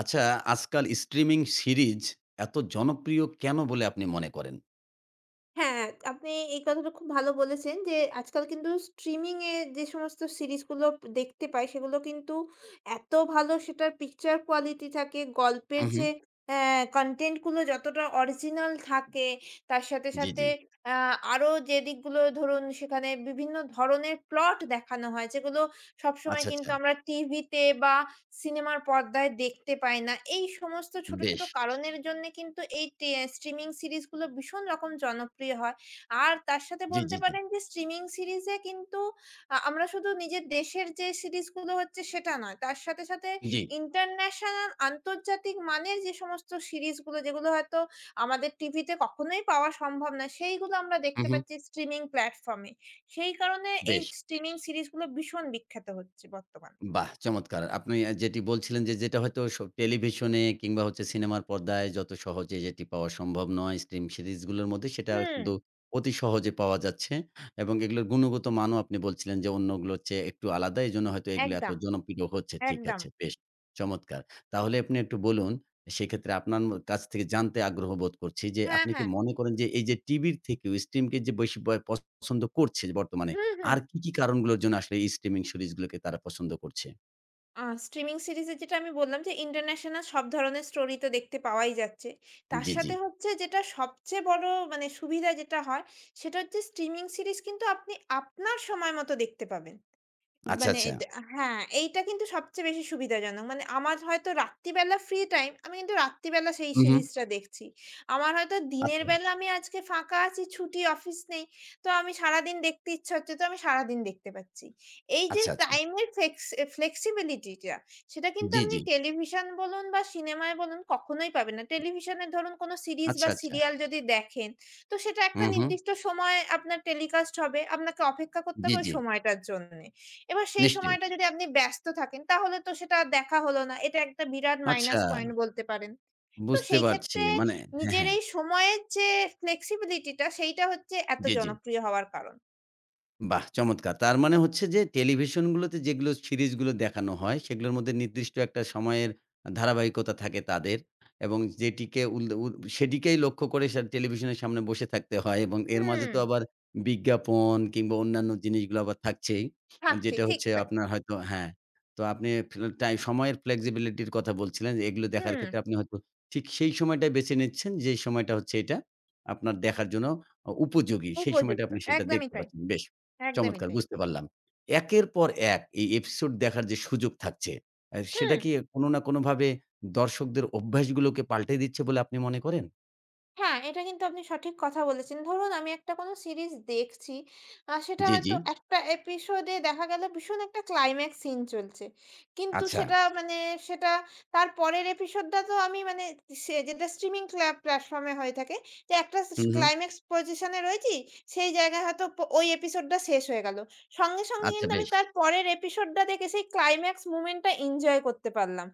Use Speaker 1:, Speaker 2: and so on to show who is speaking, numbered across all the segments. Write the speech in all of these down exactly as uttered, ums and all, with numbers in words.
Speaker 1: আচ্ছা, আজকাল streaming series এত জনপ্রিয় কেন বলে আপনি মনে করেন?
Speaker 2: হ্যাঁ, আপনি এই কথাটা খুব ভালো বলেছেন যে আজকাল কিন্তু স্ট্রিমিং এ যে সমস্ত সিরিজগুলো দেখতে পাই সেগুলো কিন্তু এত ভালো সেটার পিকচার কোয়ালিটি থাকে, গল্পের
Speaker 1: হু, হু।
Speaker 2: যে অ্যা কনটেন্ট গুলো যতটা অরিজিনাল থাকে তার সাথে,
Speaker 1: জি,
Speaker 2: সাথে
Speaker 1: জি।
Speaker 2: আ আরো যে দিকগুলো ধরুন সেখানে বিভিন্ন ধরনের প্লট দেখানো হয় যেগুলো সবসময়
Speaker 1: আচ্ছা,
Speaker 2: কিন্তু
Speaker 1: আচ্ছা।
Speaker 2: আমরা টিভিতে বা সিনেমার পর্দায় দেখতে পাই না। এই সমস্ত ছোট, ছোট
Speaker 1: বেশ।
Speaker 2: কারণের জন্যে কিন্তু এই টে স্ট্রিমিং সিরিজগুলো ভীষণ রকম জনপ্রিয় হয়। আর তার সাথে
Speaker 1: জি,
Speaker 2: বলতে
Speaker 1: জি, জি।
Speaker 2: পারেন যে স্ট্রিমিং সিরিজে কিন্তু আ আমরা শুধু নিজের দেশের যে সিরিজগুলো হচ্ছে সেটা নয়। তার সাথে, সাথে
Speaker 1: জি।
Speaker 2: ইন্টারন্যাশনাল আন্তর্জাতিক মানের যে সমস্ত সিরিজগুলো যেগুলো হয়তো আমাদের টিভিতে কখনোই পাওয়া সম্ভব না, সেইগুলো আমরা
Speaker 1: হু,
Speaker 2: দেখতে
Speaker 1: হু।
Speaker 2: পাচ্ছি স্ট্রিমিং প্ল্যাটফর্মে। সেই কারণে এই
Speaker 1: বেশ।
Speaker 2: স্ট্রিমিং সিরিজগুলো ভীষণ বিখ্যাত হচ্ছে বর্তমানে।
Speaker 1: বাহ! চমৎকার। আপনি আ যেটি বলছিলেন যে, যেটা হয়তো স টেলিভিশনে কিংবা হচ্ছে সিনেমার পর্দায় যত সহজে যেটি পাওয়া সম্ভব নয়, স্ট্রিম সিরিজগুলোর মধ্যে সেটা
Speaker 2: হুম।
Speaker 1: কিন্তু অতি সহজে পাওয়া যাচ্ছে এবং এগুলোর গুণগত মানও আপনি বলছিলেন যে, অন্যগুলোর চেয়ে একটু আলাদা। এজন্য হয়তো এগুলো এত
Speaker 2: একদম।
Speaker 1: জনপ্রিয় হচ্ছে। ঠিক
Speaker 2: একদম।
Speaker 1: আছে, বেশ চমৎকার। তাহলে আপনি একটু বলুন, সেক্ষেত্রে আপনার ম কাছ থেকে জানতে আগ্রহ বোধ করছি যে,
Speaker 2: হ্যাঁ,
Speaker 1: আপনি কি
Speaker 2: হ্যাঁ।
Speaker 1: মনে করেন যে, এই যে টিভির থেকেও স্ট্রিমকে যে বেশি ব পছন্দ করছে বর্তমানে,
Speaker 2: হুম, হুম।
Speaker 1: আর কি, কি কারণগুলোর জন্য আসলে এই স্ট্রিমিং সিরিজগুলোকে তারা পছন্দ করছে?
Speaker 2: আ স্ট্রিমিং সিরিজে যেটা আমি বললাম যে ইন্টারন্যাশনাল সব ধরনের স্টোরি তো দেখতে পাওয়াই যাচ্ছে। তার
Speaker 1: জি, জি।
Speaker 2: সাথে হচ্ছে যেটা সবচেয়ে বড় মানে সুবিধা যেটা হয় সেটা হচ্ছে স্ট্রিমিং সিরিজ কিন্তু আপনি আপনার সময় মতো দেখতে পাবেন।
Speaker 1: আচ্ছা,
Speaker 2: মানে
Speaker 1: আচ্ছা।
Speaker 2: এদ হ্যাঁ, এইটা কিন্তু সবচেয়ে বেশি সুবিধাজনক। মানে আমার হয়তো রাত্রিবেলা ফ্রি টাইম, আমি কিন্তু রাত্রিবেলা সেই
Speaker 1: হু, হু।
Speaker 2: সিরিজটা দেখছি। আমার হয়তো দিনের
Speaker 1: আচ্ছা,
Speaker 2: বেলা আমি আজকে ফাঁকা আছি, ছুটি, অফিস নেই। তো আমি সারাদিন দেখতে ইচ্ছা হচ্ছে, তো আমি সারাদিন দেখতে পাচ্ছি। এই যে
Speaker 1: আচ্ছা, আচ্ছা।
Speaker 2: টাইমের ফ্লেক্স এ flexibility টা, সেটা কিন্তু
Speaker 1: জি,
Speaker 2: আপনি
Speaker 1: জি।
Speaker 2: টেলিভিশন বলুন বা সিনেমায় বলুন কখনোই পাবেন না। টেলিভিশনে ধরুন কোনো সিরিজ বা
Speaker 1: আচ্ছা, আচ্ছা।
Speaker 2: সিরিয়াল যদি দেখেন, তো সেটা একটা
Speaker 1: হু, হু।
Speaker 2: নির্দিষ্ট সময় আপনার টেলিকাস্ট হবে। আপনাকে অপেক্ষা করতে
Speaker 1: জি,
Speaker 2: হবে ওই
Speaker 1: জি।
Speaker 2: সময়টার জন্যে। এবার সেই
Speaker 1: নিশ্চয়ই।
Speaker 2: সময়টা যদি আপনি ব্যস্ত থাকেন তাহলে তো সেটা আর দেখা হলো না। এটা একটা বিরাট
Speaker 1: আচ্ছা,
Speaker 2: মাইনাস পয়েন্ট বলতে পারেন। তো
Speaker 1: বুঝতে
Speaker 2: সেই
Speaker 1: পারছি।
Speaker 2: ক্ষেত্রে
Speaker 1: মানে হ্যাঁ,
Speaker 2: নিজের
Speaker 1: হ্যাঁ।
Speaker 2: এই সময়ের যে flexibility টা সেইটা হচ্ছে এত
Speaker 1: জি, জি।
Speaker 2: জনপ্রিয় হওয়ার কারণ।
Speaker 1: বাহ! চমৎকার! তার মানে হচ্ছে যে টেলিভিশনগুলোতে যেগুলো সিরিজগুলো দেখানো হয়, সেগুলোর মধ্যে নির্দিষ্ট একটা সময়ের ধারাবাহিকতা থাকে তাদের এবং যেটিকে উল উ সেটিকেই লক্ষ্য করে সে টেলিভিশনের সামনে বসে থাকতে হয় এবং এর মাঝে
Speaker 2: হুম,
Speaker 1: তো আবার বিজ্ঞাপন কিংবা অন্যান্য জিনিসগুলো আবার থাকছেই। আ
Speaker 2: থাকছি
Speaker 1: যেটা
Speaker 2: ঠিক
Speaker 1: হচ্ছে
Speaker 2: তাই।
Speaker 1: আপনার হয়তো হ্যাঁ, তো আপনি ফ্ল টাই সময়ের flexibility র কথা বলছিলেন যে এগুলো দেখার
Speaker 2: হুম,
Speaker 1: ক্ষেত্রে আপনি হয়তো ঠিক সেই সময়টাই বেছে নিচ্ছেন যেই সময়টা হচ্ছে এটা আপনার দেখার জন্য অ উপযোগী। সেই সময়টা
Speaker 2: উপযুক্ত।
Speaker 1: আপনি সেটা
Speaker 2: একদমই
Speaker 1: দেখতে
Speaker 2: তাই,
Speaker 1: পাচ্ছেন। বেশ।
Speaker 2: একদমই
Speaker 1: চমৎকার!
Speaker 2: তাই।
Speaker 1: বুঝতে পারলাম। একের পর এক এই এপিসোড দেখার যে সুযোগ থাকছে, আ
Speaker 2: হুম।
Speaker 1: সেটা কি কোনো না কোনোভাবে দর্শকদের অভ্যাসগুলোকে পাল্টে দিচ্ছে বলে আপনি মনে করেন?
Speaker 2: হ্যাঁ, এটা কিন্তু আপনি সঠিক কথা বলেছেন। ধরুন আমি একটা কোনো সিরিজ দেখছি, আ সেটা
Speaker 1: জি, জি।
Speaker 2: হয়তো একটা এপিসোডে দেখা গেল ভীষণ একটা ক্লাইম্যাক্স সিন চলছে। কিন্তু
Speaker 1: আচ্ছা।
Speaker 2: সেটা মানে সেটা তার পরের এপিসোডটা তো আমি মানে সে যেটা স্ট্রিমিং ক্লা প্ল্যাটফর্ম এ হয়ে থাকে যে একটা স
Speaker 1: হুম, হুম।
Speaker 2: ক্লাইম্যাক্স পজিশন এ রয়েছি, সেই জায়গায় হয়তো প ওই এপিসোডটা শেষ হয়ে গেল। সঙ্গে, সঙ্গে
Speaker 1: আচ্ছা
Speaker 2: কিন্তু আমি
Speaker 1: বেশ।
Speaker 2: তার পরের এপিসোডটা দেখে সেই ক্লাইম্যাক্স মোমেন্ট টা এনজয় করতে পারলাম।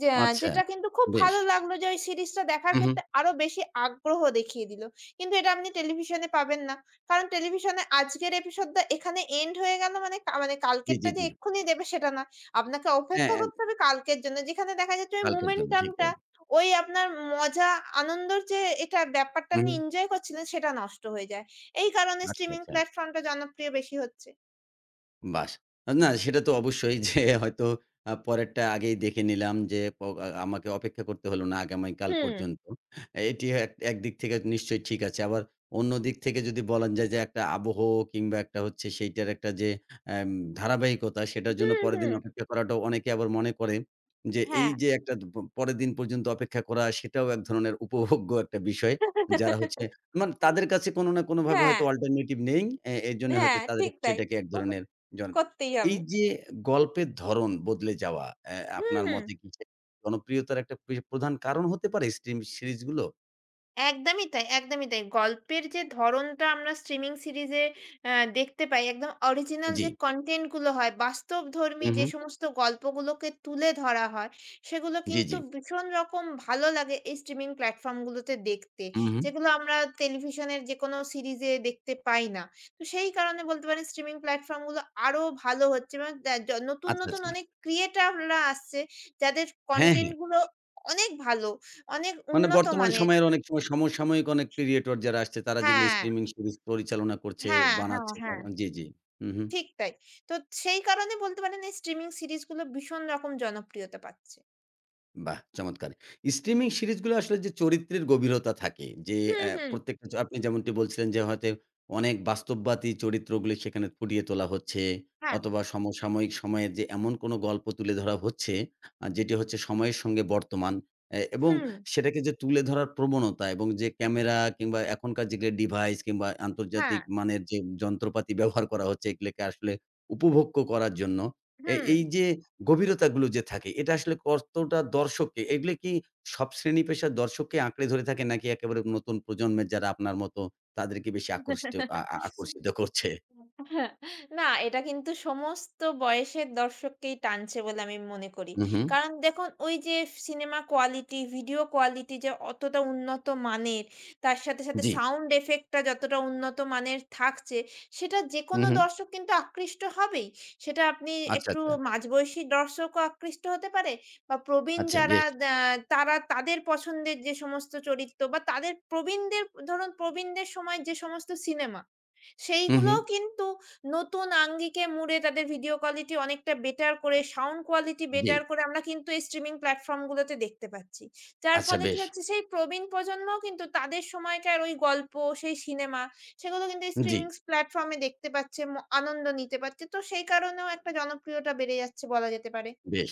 Speaker 2: যে
Speaker 1: আচ্ছা,
Speaker 2: যেটা কিন্তু খুব
Speaker 1: বেশ।
Speaker 2: ভালো লাগলো যে ওই সিরিজটা দেখার
Speaker 1: হুম, হুম।
Speaker 2: ক্ষেত্রে আরো বেশি আগ্রহ দেখিয়ে দিল। কিন্তু এটা আপনি টেলিভিশনে পাবেন না। কারণ টেলিভিশনে আজকের এপিসোডটা এখানে এন্ড হয়ে গেল মানে কা মানে
Speaker 1: জি,
Speaker 2: কালকেরটা
Speaker 1: জি,
Speaker 2: যে
Speaker 1: জি।
Speaker 2: এক্ষুনি দেবে সেটা না। আপনাকে
Speaker 1: হ্যাঁ,
Speaker 2: অপেক্ষা
Speaker 1: হ্যাঁ,
Speaker 2: করতে হবে কালকের জন্য। যেখানে দেখা যাচ্ছে ওই
Speaker 1: কালকের জন্য ঠিক
Speaker 2: মোমেন্টামটা
Speaker 1: তাই।
Speaker 2: ওই আপনার মজা আনন্দর যে এটা ব্যাপারটা আপনি
Speaker 1: হুম, হুম,
Speaker 2: এনজয় করছিলেন সেটা নষ্ট হয়ে যায়। এই কারণে
Speaker 1: আচ্ছা,
Speaker 2: স্ট্রিমিং
Speaker 1: আচ্ছা।
Speaker 2: প্ল্যাটফর্মটা জনপ্রিয় বেশি হচ্ছে।
Speaker 1: বাস! না সেটা তো অবশ্যই যে হয়তো আ পরেরটা আগেই দেখে নিলাম যে প আ আমাকে অপেক্ষা করতে হলো না আগামীকাল
Speaker 2: হুম,
Speaker 1: পর্যন্ত। এটি এক একদিক থেকে নিশ্চয়ই ঠিক আছে। আবার অন্য দিক থেকে যদি বলা যায় যে একটা আবহ কিংবা একটা হচ্ছে সেইটার একটা যে এম ধারাবাহিকতা সেটার জন্য
Speaker 2: হুম,
Speaker 1: পরের দিন
Speaker 2: হুম।
Speaker 1: অপেক্ষা করাটাও অনেকে আবার মনে করে যে এই
Speaker 2: হ্যাঁ।
Speaker 1: যে একটা প পরের দিন পর্যন্ত অপেক্ষা করা সেটাও এক ধরনের উপভোগ্য একটা বিষয়। যারা হচ্ছে মানে তাদের কাছে কোনো না কোনোভাবে
Speaker 2: হ্যাঁ।
Speaker 1: হয়তো অল্টারনেটিভ নেই। এ এজন্য হয়তো
Speaker 2: হ্যাঁ,
Speaker 1: তাদের
Speaker 2: ঠিক তাই।
Speaker 1: সেটাকে এক
Speaker 2: উপ
Speaker 1: ধরনের জন
Speaker 2: করতেই
Speaker 1: এই
Speaker 2: হবে।
Speaker 1: যে গল্পের ধরন বদলে যাওয়া, অ্যা
Speaker 2: হুম,
Speaker 1: আপনার
Speaker 2: হুম।
Speaker 1: মতে কি সে জনপ্রিয়তার একটা পি প্রধান কারণ হতে পারে স্ট্রিম সিরিজগুলো?
Speaker 2: একদমই তাই, একদমই তাই। গল্পের যে ধরনটা আমরা স্ট্রিমিং সিরিজে অ্যা দেখতে পাই, একদম অরিজিনাল
Speaker 1: জি।
Speaker 2: যে কনটেন্ট গুলো হয়, বাস্তবধর্মী
Speaker 1: হু, হু।
Speaker 2: যে সমস্ত গল্পগুলোকে তুলে ধরা হয়, সেগুলো
Speaker 1: জি,
Speaker 2: কিন্তু
Speaker 1: জি।
Speaker 2: ভীষণ রকম ভালো লাগে এই স্ট্রিমিং প্ল্যাটফর্ম গুলোতে দেখতে।
Speaker 1: হু, হু।
Speaker 2: যেগুলো আমরা টেলিভিশনের যেকোনো সিরিজে দেখতে পাই না। তো সেই কারণে বলতে পারেন স্ট্রিমিং প্ল্যাটফর্ম গুলো আরো ভালো হচ্ছে এবং দ্যা য নতুন,
Speaker 1: আচ্ছা,
Speaker 2: নতুন
Speaker 1: আচ্ছা।
Speaker 2: অনেক ক্রিয়েটররা আসছে, যাদের
Speaker 1: হ্যাঁ, হ্যাঁ।
Speaker 2: কনটেন্ট গুলো অনেক ভালো, অনেক
Speaker 1: মানে
Speaker 2: উন্নত
Speaker 1: বর্তমান
Speaker 2: মানের।
Speaker 1: সময়ের অনেক সময় সমসাময়িক অনেক ক্রিয়েটর যারা আসছে তারা যেগুলো
Speaker 2: হ্যাঁ,
Speaker 1: স্ট্রিমিং সিরিজ পরিচালনা করছে,
Speaker 2: হ্যাঁ, হ্যাঁ,
Speaker 1: বানাচ্ছে
Speaker 2: হ্যাঁ।
Speaker 1: তারা জি, জি। হু, হু।
Speaker 2: ঠিক তাই। তো সেই কারণে বলতে পারেন এই স্ট্রিমিং সিরিজগুলো ভীষণ রকম জনপ্রিয়তা পাচ্ছে।
Speaker 1: বাহ! চমৎকার। স্ট্রিমিং সিরিজগুলো আসলে যে চরিত্রের গভীরতা থাকে যে
Speaker 2: হুম,
Speaker 1: অ্যা
Speaker 2: হুম।
Speaker 1: প্রত্যেকটা জ আপনি যেমনটি বলছিলেন যে হয়তো অনেক বাস্তববাদী চরিত্রগুলি সেখানে ফুটিয়ে তোলা হচ্ছে
Speaker 2: হ্যাঁ,
Speaker 1: অথবা সমসাময়িক সময়ে যে এমন কোনো গল্প তুলে ধরা হচ্ছে আ যেটি হচ্ছে সময়ের সঙ্গে বর্তমান অ্যা এবং
Speaker 2: হুম,
Speaker 1: সেটাকে যে তুলে ধরার প্রবণতা এবং যে ক্যামেরা কিংবা এখনকার যেগুলো ডিভাইস কিংবা
Speaker 2: হ্যাঁ,
Speaker 1: আন্তর্জাতিক মানের যে যন্ত্রপাতি ব্যবহার করা হচ্ছে এগুলোকে আসলে উপভোগ্য করার জন্য এ
Speaker 2: হুম।
Speaker 1: এই যে গভীরতাগুলো যে থাকে, এটা আসলে কতটা দর্শককে এগুলো কি সব শ্রেণী পেশার দর্শককে আঁকড়ে ধরে থাকে নাকি একেবারে নতুন প্রজন্মের যারা আপনার মতো তাদেরকে বেশি আকর্ষিত আ আ আকর্ষিত করছে?
Speaker 2: হ্যাঁ, না এটা কিন্তু সমস্ত বয়সের দর্শককেই টানছে বলে আমি মনে করি।
Speaker 1: হু, হু।
Speaker 2: কারণ দেখুন ওই যে সিনেমা কোয়ালিটি, ভিডিও কোয়ালিটি যে অতটা উন্নত মানের, তার সাথে, সাথে
Speaker 1: জি।
Speaker 2: সাউন্ড ইফেক্টটা যতটা উন্নত মানের থাকছে, সেটা
Speaker 1: হু,
Speaker 2: যেকোনো
Speaker 1: হু।
Speaker 2: দর্শক কিন্তু আকৃষ্ট হবেই। সেটা আপনি
Speaker 1: আচ্ছা,
Speaker 2: একটু
Speaker 1: আচ্ছা।
Speaker 2: মাঝবয়সী দর্শকও আকৃষ্ট হতে পারে বা প্রবীণ
Speaker 1: আচ্ছা
Speaker 2: যারা
Speaker 1: বেশ।
Speaker 2: দ্যা তারা তাদের পছন্দের যে সমস্ত চরিত্র বা তাদের প্রবীণদের ধরুন প্রবীণদের সময় যে সমস্ত সিনেমা
Speaker 1: হু, হু।
Speaker 2: সেইগুলোও কিন্তু নতুন আঙ্গিকে মুড়ে তাদের ভিডিও কোয়ালিটি অনেকটা বেটার করে, সাউন্ড কোয়ালিটি
Speaker 1: জি।
Speaker 2: বেটার করে আমরা কিন্তু এই স্ট্রিমিং প্ল্যাটফর্ম গুলোতে দেখতে পাচ্ছি। যার
Speaker 1: আচ্ছা
Speaker 2: ফলে কি
Speaker 1: বেশ।
Speaker 2: হচ্ছে সেই প্রবীণ প্রজন্মও কিন্তু তাদের সময়কার ওই গল্প, সেই সিনেমা সেগুলো কিন্তু
Speaker 1: জি।
Speaker 2: স্ট্রিমিং প্ল্যাটফর্ম এ দেখতে পাচ্ছে, ম আনন্দ নিতে পারছে। তো সেই কারণেও একটা জনপ্রিয়তা বেড়ে যাচ্ছে বলা যেতে পারে।
Speaker 1: বেশ!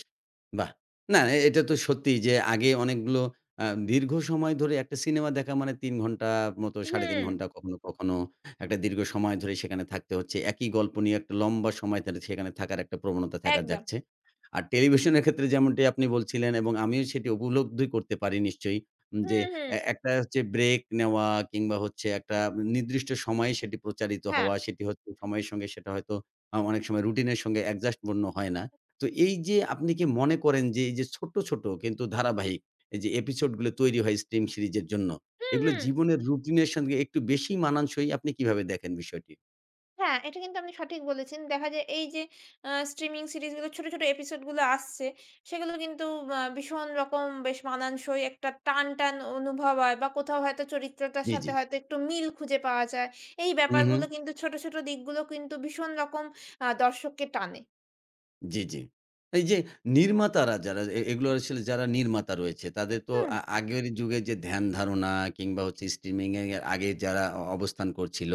Speaker 1: বাহ! না, এ এটা তো সত্যিই যে আগে অনেকগুলো আ দীর্ঘ সময় ধরে একটা সিনেমা দেখা মানে তিন ঘন্টা মতো সাড়ে তিন
Speaker 2: হুম,
Speaker 1: ঘন্টা কখনো, কখনো একটা দীর্ঘ সময় ধরে সেখানে থাকতে হচ্ছে। একই গল্প নিয়ে একটা লম্বা সময় ধরে সেখানে থাকার একটা প্রবণতা থাকা
Speaker 2: একদম।
Speaker 1: যাচ্ছে। আর টেলিভিশনের ক্ষেত্রে যেমনটি আপনি বলছিলেন এবং আমিও সেটি উপলব্ধি করতে পারি নিশ্চয়ই উম যে
Speaker 2: হুম, হুম।
Speaker 1: এ একটা হচ্ছে ব্রেক নেওয়া কিংবা হচ্ছে একটা নির্দিষ্ট সময়ে সেটি প্রচারিত
Speaker 2: হ্যাঁ।
Speaker 1: হওয়া, সেটি হচ্ছে সময়ের সঙ্গে সেটা হয়তো আ অনেক সময় রুটিনের সঙ্গে অ্যাডজাস্ট পূর্ণ হয় না। তো এই যে আপনি কি মনে করেন যে এই যে ছোট্ট, ছোট কিন্তু ধারাবাহিক এই যে এপিসোড গুলো তৈরি হয় স্ট্রিম সিরিজের জন্য,
Speaker 2: হুম,
Speaker 1: এগুলো
Speaker 2: হুম।
Speaker 1: জীবনের রুটিনের সঙ্গে একটু বেশি মানানসই আপনি কিভাবে দেখেন বিষয়টি?
Speaker 2: হ্যাঁ, এটা কিন্তু আপনি সঠিক বলেছেন। দেখা যায় এই যে আ স্ট্রিমিং সিরিজগুলো ছোট, ছোট এপিসোডগুলো আসছে, সেগুলো কিন্তু আ ভীষণ রকম বেশ মানানসই একটা টান, টান অনুভব হয় বা কোথাও হয়তো চরিত্রটার
Speaker 1: জি,
Speaker 2: সাথে
Speaker 1: জি।
Speaker 2: হয়তো একটু মিল খুঁজে পাওয়া যায়। এই
Speaker 1: হু, হু।
Speaker 2: ব্যাপারগুলো কিন্তু ছোট, ছোট দিকগুলো কিন্তু ভীষণ রকম আ দর্শককে টানে।
Speaker 1: জি, জি। এই যে নির্মাতারা যারা এ এগুলো আসলে যারা নির্মাতা রয়েছে তাদের তো
Speaker 2: হুম,
Speaker 1: আ আগের যুগে যে ধ্যান ধারণা কিংবা হচ্ছে স্ট্রিমিং এর আগে যারা অ অবস্থান করছিল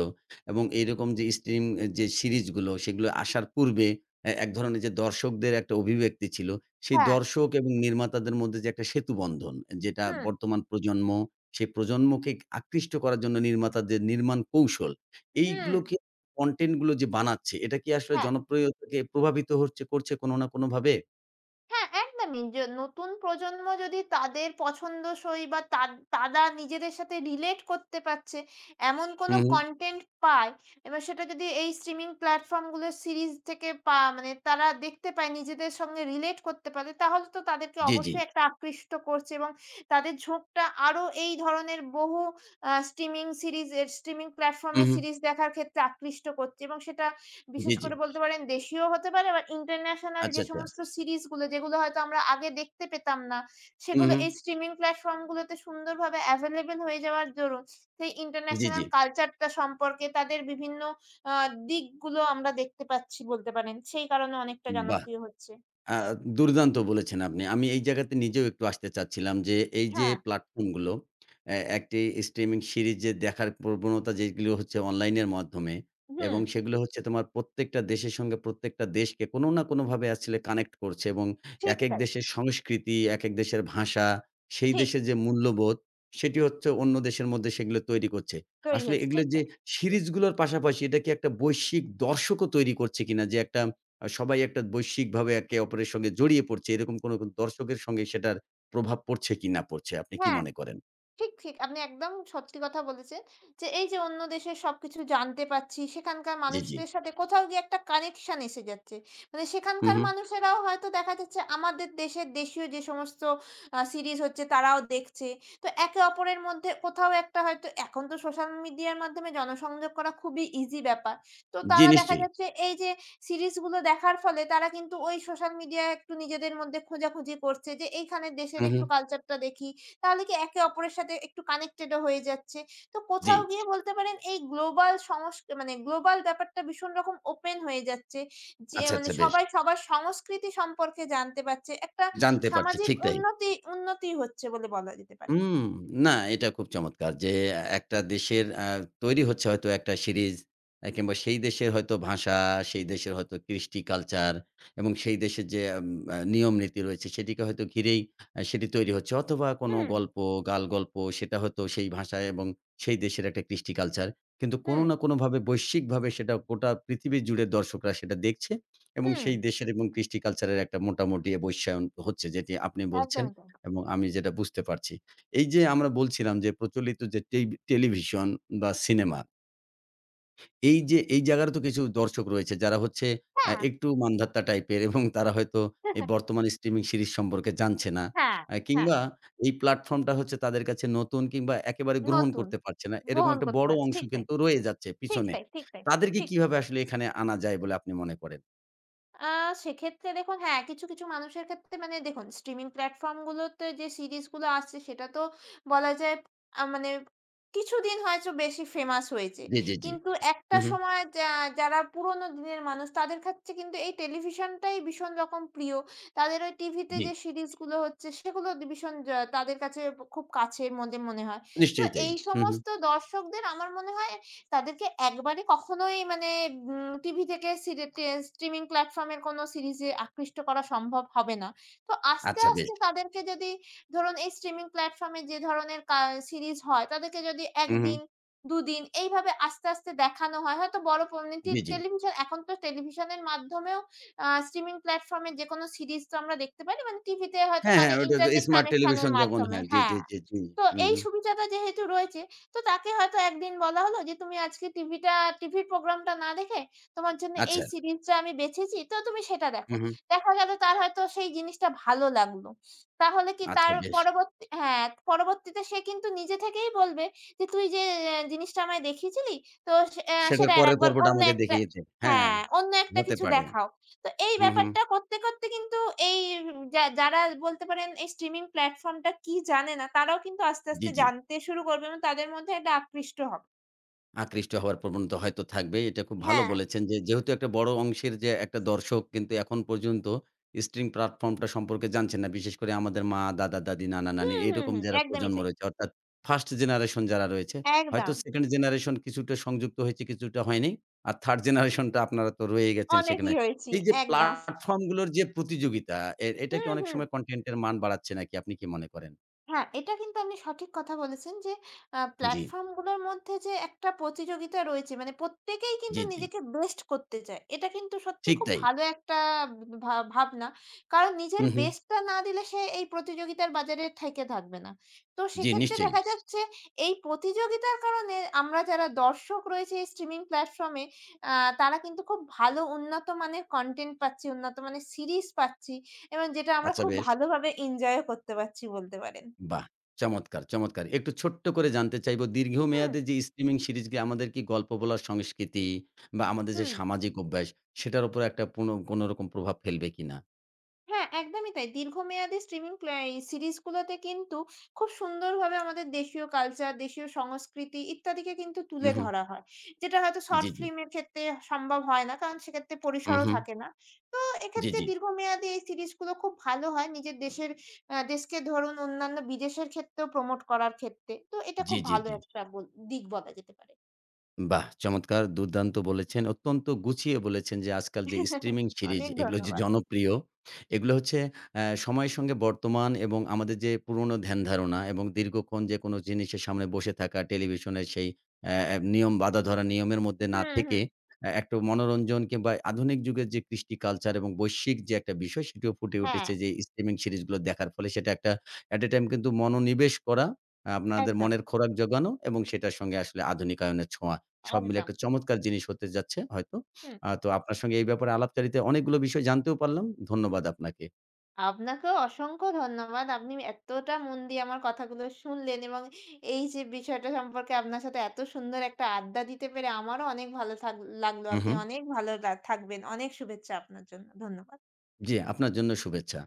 Speaker 1: এবং এইরকম যে স্ট্রিম যে সিরিজগুলো সেগুলো আসার পূর্বে এ এক ধরনের যে দর্শকদের একটা অভিব্যক্তি ছিল। সেই
Speaker 2: হ্যাঁ,
Speaker 1: দর্শক এবং নির্মাতাদের মধ্যে যে একটা সেতুবন্ধন যেটা
Speaker 2: হুম,
Speaker 1: বর্তমান প্রজন্ম, সেই প্রজন্মকে আকৃষ্ট করার জন্য নির্মাতাদের নির্মাণ কৌশল
Speaker 2: হুম,
Speaker 1: এইগুলোকে কনটেন্ট গুলো যে বানাচ্ছে, এটা কি আসলে
Speaker 2: হ্যাঁ।
Speaker 1: জনপ্রিয়তাকে প্রভাবিত হচ্ছে করছে কোনো না কোনোভাবে?
Speaker 2: হ্যাঁ, একদমই। যে নতুন প্রজন্ম যদি তাদের পছন্দসই বা তা তারা নিজেদের সাথে রিলেট করতে পারছে, এমন
Speaker 1: হু,
Speaker 2: কোনো
Speaker 1: হু।
Speaker 2: কনটেন্ট পায়, এবার সেটা যদি এই স্ট্রিমিং প্ল্যাটফর্মগুলোর সিরিজ থেকে পা মানে তারা দেখতে পায়, নিজেদের সঙ্গে রিলেট করতে পারে, তাহলে তো তাদেরকে
Speaker 1: জি, জি।
Speaker 2: অবশ্যই একটা আকৃষ্ট করছে এবং তাদের ঝোঁকটা আরো এই ধরনের বহু আ স্ট্রিমিং সিরিজ এর স্ট্রিমিং
Speaker 1: হু,
Speaker 2: প্ল্যাটফর্মে
Speaker 1: হু।
Speaker 2: সিরিজ দেখার ক্ষেত্রে আকৃষ্ট করছে এবং সেটা
Speaker 1: জি,
Speaker 2: বিশেষ
Speaker 1: জি।
Speaker 2: করে বলতে পারেন দেশীয় হতে পারে বা ইন্টারন্যাশনাল যে
Speaker 1: আচ্ছা, আচ্ছা।
Speaker 2: সমস্ত সিরিজ গুলো যেগুলো হয়তো আমরা আগে দেখতে পেতাম না,
Speaker 1: হু,
Speaker 2: সেগুলো
Speaker 1: হু।
Speaker 2: এই স্ট্রিমিং প্ল্যাটফর্ম গুলোতে সুন্দরভাবে এভেইলেবল হয়ে যাওয়ার দরুন সেই
Speaker 1: জি,
Speaker 2: ইন্টারন্যাশনাল
Speaker 1: জি।
Speaker 2: কালচারটা সম্পর্কে তাদের বিভিন্ন আ দিকগুলো আমরা দেখতে পাচ্ছি বলতে পারেন। সেই কারণে অনেকটা
Speaker 1: বাহ!
Speaker 2: জনপ্রিয় হচ্ছে।
Speaker 1: আ দুর্দান্ত বলেছেন আপনি। আমি এই জায়গাতে নিজেও একটু আসতে চাচ্ছিলাম যে, এই যে
Speaker 2: হ্যাঁ,
Speaker 1: প্ল্যাটফর্মগুলো, অ্যা একটি স্ট্রিমিং সিরিজ যে দেখার প্রবণতা যেগুলো হচ্ছে অনলাইনের মাধ্যমে
Speaker 2: হুম,
Speaker 1: এবং সেগুলো হচ্ছে তোমার প্রত্যেকটা দেশের সঙ্গে প্রত্যেকটা দেশকে কোনো না কোনোভাবে আসলে কানেক্ট করছে এবং
Speaker 2: ঠিক
Speaker 1: একেক
Speaker 2: তাই।
Speaker 1: দেশের সংস্কৃতি, একেক দেশের ভাষা, সেই
Speaker 2: ঠিক
Speaker 1: দেশের যে মূল্যবোধ, সেটি হচ্ছে অন্য দেশের মধ্যে সেগুলো তৈরি করছে।
Speaker 2: তৈরি
Speaker 1: আসলে
Speaker 2: হয়েছে।
Speaker 1: এগুলো
Speaker 2: ঠিক
Speaker 1: যে
Speaker 2: তাই।
Speaker 1: সিরিজগুলোর পাশাপাশি এটা কি একটা বৈশ্বিক দর্শকও তৈরি করছে কিনা? যে একটা আ সবাই একটা বৈশ্বিকভাবে একে অপরের সঙ্গে জড়িয়ে পড়ছে। এরকম কোনো কোন দর্শকের সঙ্গে সেটার প্রভাব পড়ছে কি না পড়ছে? আপনি কি
Speaker 2: হ্যাঁ।
Speaker 1: মনে করেন?
Speaker 2: ঠিক, ঠিক। আপনি একদম সত্যি কথা বলেছেন যে, এই যে অন্য দেশের সবকিছু জানতে পারছি, সেখানকার
Speaker 1: জি, জি।
Speaker 2: মানুষদের সাথে কোথাও গিয়ে একটা কানেকশন এসে যাচ্ছে। মানে
Speaker 1: হু,
Speaker 2: সেখানকার
Speaker 1: হু।
Speaker 2: মানুষেরাও হয়তো দেখা যাচ্ছে আমাদের দেশের দেশীয় যে সমস্ত আ সিরিজ হচ্ছে তারাও দেখছে। তো একে অপরের মধ্যে কোথাও একটা হয়তো এখন তো সোশ্যাল মিডিয়ার মাধ্যমে জনসংযোগ করা খুবই ইজি ব্যাপার। তো
Speaker 1: জি,
Speaker 2: তারা দেখা
Speaker 1: নিশ্চয়ই।
Speaker 2: যাচ্ছে এই যে সিরিজগুলো দেখার ফলে তারা কিন্তু ওই সোশ্যাল মিডিয়ায় একটু নিজেদের মধ্যে খোঁজাখুঁজি করছে যে, এইখানের দেশের
Speaker 1: হু, হু।
Speaker 2: একটু কালচারটা দেখি। তাহলে কি একে অপরের সাথে একটু কানেক্টেড ও হয়ে যাচ্ছে। তো
Speaker 1: জি।
Speaker 2: কোথাও গিয়ে বলতে পারেন এই গ্লোবাল সংস মানে গ্লোবাল ব্যাপারটা ভীষণ রকম ওপেন হয়ে যাচ্ছে। যে
Speaker 1: আচ্ছা,
Speaker 2: মানে
Speaker 1: আচ্ছা বেশ।
Speaker 2: সবাই সবার সংস্কৃতি সম্পর্কে জানতে পারছে। একটা
Speaker 1: জানতে পারছি।
Speaker 2: সামাজিক
Speaker 1: ঠিক তাই।
Speaker 2: উন্নতি উন্নতি হচ্ছে বলে বলা যেতে পারে।
Speaker 1: হুম, না এটা খুব চমৎকার যে এ একটা দেশের আ তৈরি হচ্ছে হয়তো একটা সিরিজ আ কিংবা সেই দেশের হয়তো ভাষা, সেই দেশের হয়তো কৃষ্টি কালচার এবং সেই দেশের যে আম আ নিয়ম-নীতি রয়েছে সেটিকে হয়তো ঘিরেই আ সেটি তৈরি হচ্ছে অথবা কোনো
Speaker 2: হুম,
Speaker 1: গল্প, গাল গল্প সেটা হয়তো সেই ভাষায় এবং সেই দেশের একটা কৃষ্টি কালচার। কিন্তু কোনো
Speaker 2: হুম,
Speaker 1: না কোনোভাবে বৈশ্বিকভাবে সেটা গোটা পৃথিবী জুড়ে দর্শকরা সেটা দেখছে এবং
Speaker 2: হুম,
Speaker 1: সেই দেশের এবং কৃষ্টি কালচারের একটা মোটামুটি বৈশ্যায়ন হচ্ছে যেটি আপনি বলছেন
Speaker 2: একদমই তাই।
Speaker 1: এবং আমি যেটা বুঝতে পারছি। এই যে আমরা বলছিলাম যে প্রচলিত যে টেই টেলিভিশন বা সিনেমা, এই যে এই জায়গারও তো কিছু দর্শক রয়েছে যারা হচ্ছে আ
Speaker 2: হ্যাঁ,
Speaker 1: একটু মানধাত্তা টাইপের এবং তারা হয়তো এই বর্তমান স্ট্রিমিং সিরিজ সম্পর্কে জানছে না।
Speaker 2: হ্যাঁ,
Speaker 1: আ
Speaker 2: হ্যাঁ
Speaker 1: কিংবা এই প্ল্যাটফর্মটা হচ্ছে তাদের কাছে নতুন কিংবা একেবারে গ্রহণ
Speaker 2: নতুন
Speaker 1: করতে পারছে না। এরকম
Speaker 2: গ্রহণ
Speaker 1: একটা
Speaker 2: করতে
Speaker 1: বড়
Speaker 2: পারছে।
Speaker 1: অংশ
Speaker 2: ঠিক তাই,
Speaker 1: কিন্তু রয়ে যাচ্ছে
Speaker 2: ঠিক
Speaker 1: পিছনে।
Speaker 2: তাই, ঠিক তাই,
Speaker 1: তাদেরকে
Speaker 2: ঠিক।
Speaker 1: কিভাবে আসলে এখানে আনা যায় বলে আপনি মনে করেন?
Speaker 2: আ সেক্ষেত্রে দেখুন হ্যাঁ, কিছু, কিছু মানুষের ক্ষেত্রে মানে দেখুন স্ট্রিমিং প্ল্যাটফর্ম গুলোতে যে সিরিজ গুলো আসছে সেটা তো বলা যায় আ মানে কিছুদিন হয়তো বেশি ফেমাস হয়েছে।
Speaker 1: জি, জি, জি।
Speaker 2: কিন্তু একটা
Speaker 1: হু, হু।
Speaker 2: সময় যা যারা পুরনো দিনের মানুষ তাদের কাছে কিন্তু এই টেলিভিশনটাই ভীষণ রকম প্রিয়। তাদের ওই টিভিতে
Speaker 1: জি।
Speaker 2: যে সিরিজ গুলো হচ্ছে সেগুলো দি ভীষণ যা তাদের কাছে খুব কাছের মধ্যে মনে হয়। তো
Speaker 1: নিশ্চয়ই তাই।
Speaker 2: এই
Speaker 1: হু, হু।
Speaker 2: সমস্ত দর্শকদের আমার মনে হয় তাদেরকে একবারে কখনোই মানে উম টিভি থেকে সিরে টে স্ট্রিমিং প্ল্যাটফর্ম এর কোনো সিরিজে আকৃষ্ট করা সম্ভব হবে না। তো আস্তে,
Speaker 1: আচ্ছা
Speaker 2: আস্তে
Speaker 1: বেশ।
Speaker 2: তাদেরকে যদি ধরুন এই স্ট্রিমিং প্ল্যাটফর্ম এ যে ধরনের কা সিরিজ হয় তাদেরকে যদি এক
Speaker 1: হু, হু।
Speaker 2: দিন, দুই দিন এইভাবে আস্তে, আস্তে দেখানো হয়। হয়তো বড় প টি
Speaker 1: জি, জি।
Speaker 2: টেলিভিশন এখন তো টেলিভিশনের মাধ্যমেও আ স্ট্রিমিং প্ল্যাটফর্ম এ যেকোনো সিরিজ তো আমরা দেখতে পারি। মানে টিভিতে হয়তো
Speaker 1: হ্যাঁ,
Speaker 2: কানে
Speaker 1: হ্যাঁ, ওটা যে
Speaker 2: ইন্টারনেট
Speaker 1: স্মার্ট
Speaker 2: কানেকশন এর
Speaker 1: টেলিভিশন যখন
Speaker 2: মাধ্যমে
Speaker 1: হ্যাঁ, জি,
Speaker 2: হ্যাঁ।
Speaker 1: জি, জি, জি।
Speaker 2: তো
Speaker 1: হুম,
Speaker 2: এই
Speaker 1: হুম।
Speaker 2: সুবিধাটা যেহেতু রয়েছে, তো তাকে হয়তো একদিন বলা হলো যে, "তুমি আজকে টিভিটা টিভির প্রোগ্রামটা না দেখে তোমার জন্য এই
Speaker 1: আচ্ছা।
Speaker 2: সিরিজটা আমি বেছেছি। তো তুমি সেটা দেখো।"
Speaker 1: হুম, হুম।
Speaker 2: দেখা গেল তার হয়তো সেই জিনিসটা ভালো লাগলো। তাহলে কি
Speaker 1: আচ্ছা
Speaker 2: তার
Speaker 1: বেশ।
Speaker 2: পরবর্তী হ্যাঁ, পরবর্তীতে সে কিন্তু নিজে থেকেই বলবে যে, "তুই যে অ্যা জিনিসটা আমায় দেখিয়েছিলি তো সে অ্যা
Speaker 1: সেটার
Speaker 2: সেটা
Speaker 1: পরের
Speaker 2: আরেকবার
Speaker 1: পর্বটা
Speaker 2: অন্য
Speaker 1: আমাকে
Speaker 2: একটা"
Speaker 1: দেখিয়ে দিন। হ্যাঁ,
Speaker 2: হ্যাঁ, "অন্য একটা
Speaker 1: হতে
Speaker 2: কিছু
Speaker 1: পারে।
Speaker 2: দেখাও।" তো এই
Speaker 1: হুম, হুম।
Speaker 2: ব্যাপারটা করতে, করতে কিন্তু এই যা যারা বলতে পারেন এই স্ট্রিমিং প্ল্যাটফর্মটা কি জানে না, তারাও কিন্তু আস্তে,
Speaker 1: জি,
Speaker 2: আস্তে
Speaker 1: জি।
Speaker 2: জানতে শুরু করবে এবং তাদের মধ্যে একটা আকৃষ্ট হবে।
Speaker 1: আকৃষ্ট হওয়ার প্রবণতা হয়তো থাকবে। এটা খুব ভালো
Speaker 2: হ্যাঁ।
Speaker 1: বলেছেন যে, যেহেতু একটা বড় অংশের যে একটা দর্শক কিন্তু এখন পর্যন্ত স্ট্রিম প্ল্যাটফর্মটা সম্পর্কে জানছেন না। বিশেষ করে আমাদের মা, দাদা-দাদি, নানা-নানি
Speaker 2: হুম, হুম,
Speaker 1: এরকম
Speaker 2: হুম।
Speaker 1: যারা
Speaker 2: একদমই
Speaker 1: প্রজন্ম
Speaker 2: তাই।
Speaker 1: রয়েছে অর্থাৎ ফার্স্ট জেনারেশন যারা রয়েছে, হয়তো
Speaker 2: একদম।
Speaker 1: সেকেন্ড জেনারেশন কিছুটা সংযুক্ত হয়েছে, কিছুটা হয়নি। আর থার্ড জেনারেশনটা আপনারা তো রয়ে গেছেন সেখানে।
Speaker 2: অনেকই হয়েছি।
Speaker 1: এই যে
Speaker 2: একদম।
Speaker 1: প্ল্যাটফর্ম গুলোর যে প্রতিযোগিতা এ এটা
Speaker 2: হুম,
Speaker 1: কি অনেক
Speaker 2: হুম।
Speaker 1: সময় কনটেন্ট এর মান বাড়াচ্ছে নাকি আপনি কি মনে করেন?
Speaker 2: হ্যাঁ, এটা কিন্তু আপনি সঠিক কথা বলেছেন যে আ
Speaker 1: জি,
Speaker 2: প্ল্যাটফর্ম গুলোর মধ্যে যে একটা প্রতিযোগিতা রয়েছে মানে প্রত্যেকেই কিন্তু
Speaker 1: জি, জি।
Speaker 2: নিজেকে বেস্ট করতে চায়। এটা কিন্তু সত্যি
Speaker 1: ঠিক
Speaker 2: খুব
Speaker 1: তাই।
Speaker 2: ভালো একটা ভা ভাবনা। কারণ
Speaker 1: হু,
Speaker 2: নিজের
Speaker 1: হু।
Speaker 2: বেস্টটা না দিলে সে এই প্রতিযোগিতার বাজারে ঠাইকে থাকবে না। তো
Speaker 1: জি,
Speaker 2: সেক্ষেত্রে
Speaker 1: নিশ্চয়ই।
Speaker 2: দেখা যাচ্ছে এই প্রতিযোগিতার কারণে আমরা যারা দর্শক রয়েছে এই স্ট্রিমিং প্ল্যাটফর্মে আ তারা কিন্তু খুব ভালো উন্নত মানের কনটেন্ট পাচ্ছি, উন্নত মানের সিরিজ পাচ্ছি এবং যেটা আমরা
Speaker 1: আচ্ছা
Speaker 2: খুব
Speaker 1: বেশ।
Speaker 2: ভালোভাবে এনজয়ও করতে পারছি বলতে পারেন।
Speaker 1: বাহ! চমৎকার, চমৎকার। একটু ছোট্ট করে জানতে চাইবো
Speaker 2: হুম,
Speaker 1: দীর্ঘমেয়াদে যে স্ট্রিমিং সিরিজগুলি আমাদের কি গল্প বলার সংস্কৃতি বা আমাদের যে
Speaker 2: হুম।
Speaker 1: সামাজিক অভ্যাস সেটার উপর একটা পুন কোনরকম প্রভাব ফেলবে কিনা?
Speaker 2: হ্যাঁ, একদমই তাই। দীর্ঘমেয়াদী স্ট্রিমিং প্লা এই সিরিজগুলোতে কিন্তু খুব সুন্দরভাবে আমাদের দেশীয় কালচার, দেশীয় সংস্কৃতি ইত্যাদিকে কিন্তু তুলে
Speaker 1: উহু,
Speaker 2: ধরা হয়। যেটা হয়তো শর্ট
Speaker 1: জি, জি।
Speaker 2: ফিল্মের ক্ষেত্রে সম্ভব হয় না। কারণ সেক্ষেত্রে পরিসরও
Speaker 1: উহু,
Speaker 2: থাকে না। তো
Speaker 1: জি,
Speaker 2: এক্ষেত্রে
Speaker 1: জি।
Speaker 2: দীর্ঘমেয়াদী এই সিরিজগুলো খুব ভালো হয় নিজের দেশের আ দেশকে ধরুন অন্যান্য বিদেশের ক্ষেত্রেও প্রমোট করার ক্ষেত্রে। তো এটা
Speaker 1: জি,
Speaker 2: খুব
Speaker 1: জি,
Speaker 2: ভালো
Speaker 1: জি।
Speaker 2: একটা বল দিক বলা যেতে পারে।
Speaker 1: বাহ! চমৎকার দুর্দান্ত বলেছেন। অত্যন্ত গুছিয়ে বলেছেন যে আজকাল যে স্ট্রিমিং সিরিজ
Speaker 2: অনেক
Speaker 1: এগুলো যে
Speaker 2: ধন্যবাদ।
Speaker 1: জনপ্রিয়, এগুলো হচ্ছে অ্যা সময়ের সঙ্গে বর্তমান এবং আমাদের যে পুরনো ধ্যান-ধারণা এবং দীর্ঘক্ষণ যে কোনো জিনিসের সামনে বসে থাকা টেলিভিশনের সেই অ্যা অ্যা নিয়ম বাঁধা ধরা নিয়মের মধ্যে না
Speaker 2: হুম,
Speaker 1: থেকে
Speaker 2: হুম।
Speaker 1: অ্যা একটা মনোরঞ্জন কিংবা আধুনিক যুগের যে কৃষ্টি কালচার এবং বৈশ্বিক যে একটা বিষয় সেটিও ফুটে
Speaker 2: হ্যাঁ,
Speaker 1: উঠেছে যে স্ট্রিমিং সিরিজগুলো দেখার ফলে সেটা একটা এট এ টাইম কিন্তু মনোনিবেশ করা, আপনাদের
Speaker 2: একদম,
Speaker 1: মনের খোরাক জোগানো এবং সেটার সঙ্গে আসলে আধুনিকায়নের ছোঁয়া সব মিলে
Speaker 2: একদম।
Speaker 1: একটা চমৎকার জিনিস হতে যাচ্ছে হয়তো।
Speaker 2: হুম।
Speaker 1: আ তো আপনার সঙ্গে এই ব্যাপারে আলাপচারিতায় অনেকগুলো বিষয় জানতেও পারলাম। ধন্যবাদ আপনাকে।
Speaker 2: আপনাকেও অসংখ্য ধন্যবাদ। আপনি এতটা মন দিয়ে আমার কথাগুলো শুনলেন এবং এই যে বিষয়টা সম্পর্কে আপনার সাথে এত সুন্দর একটা আড্ডা দিতে পেরে আমারও অনেক ভালো থাগ লাগলো।
Speaker 1: হু,
Speaker 2: আপনি
Speaker 1: হু।
Speaker 2: অনেক ভালো লা থাকবেন। অনেক শুভেচ্ছা আপনার জন্য। ধন্যবাদ।
Speaker 1: জি, আপনার জন্য শুভেচ্ছা।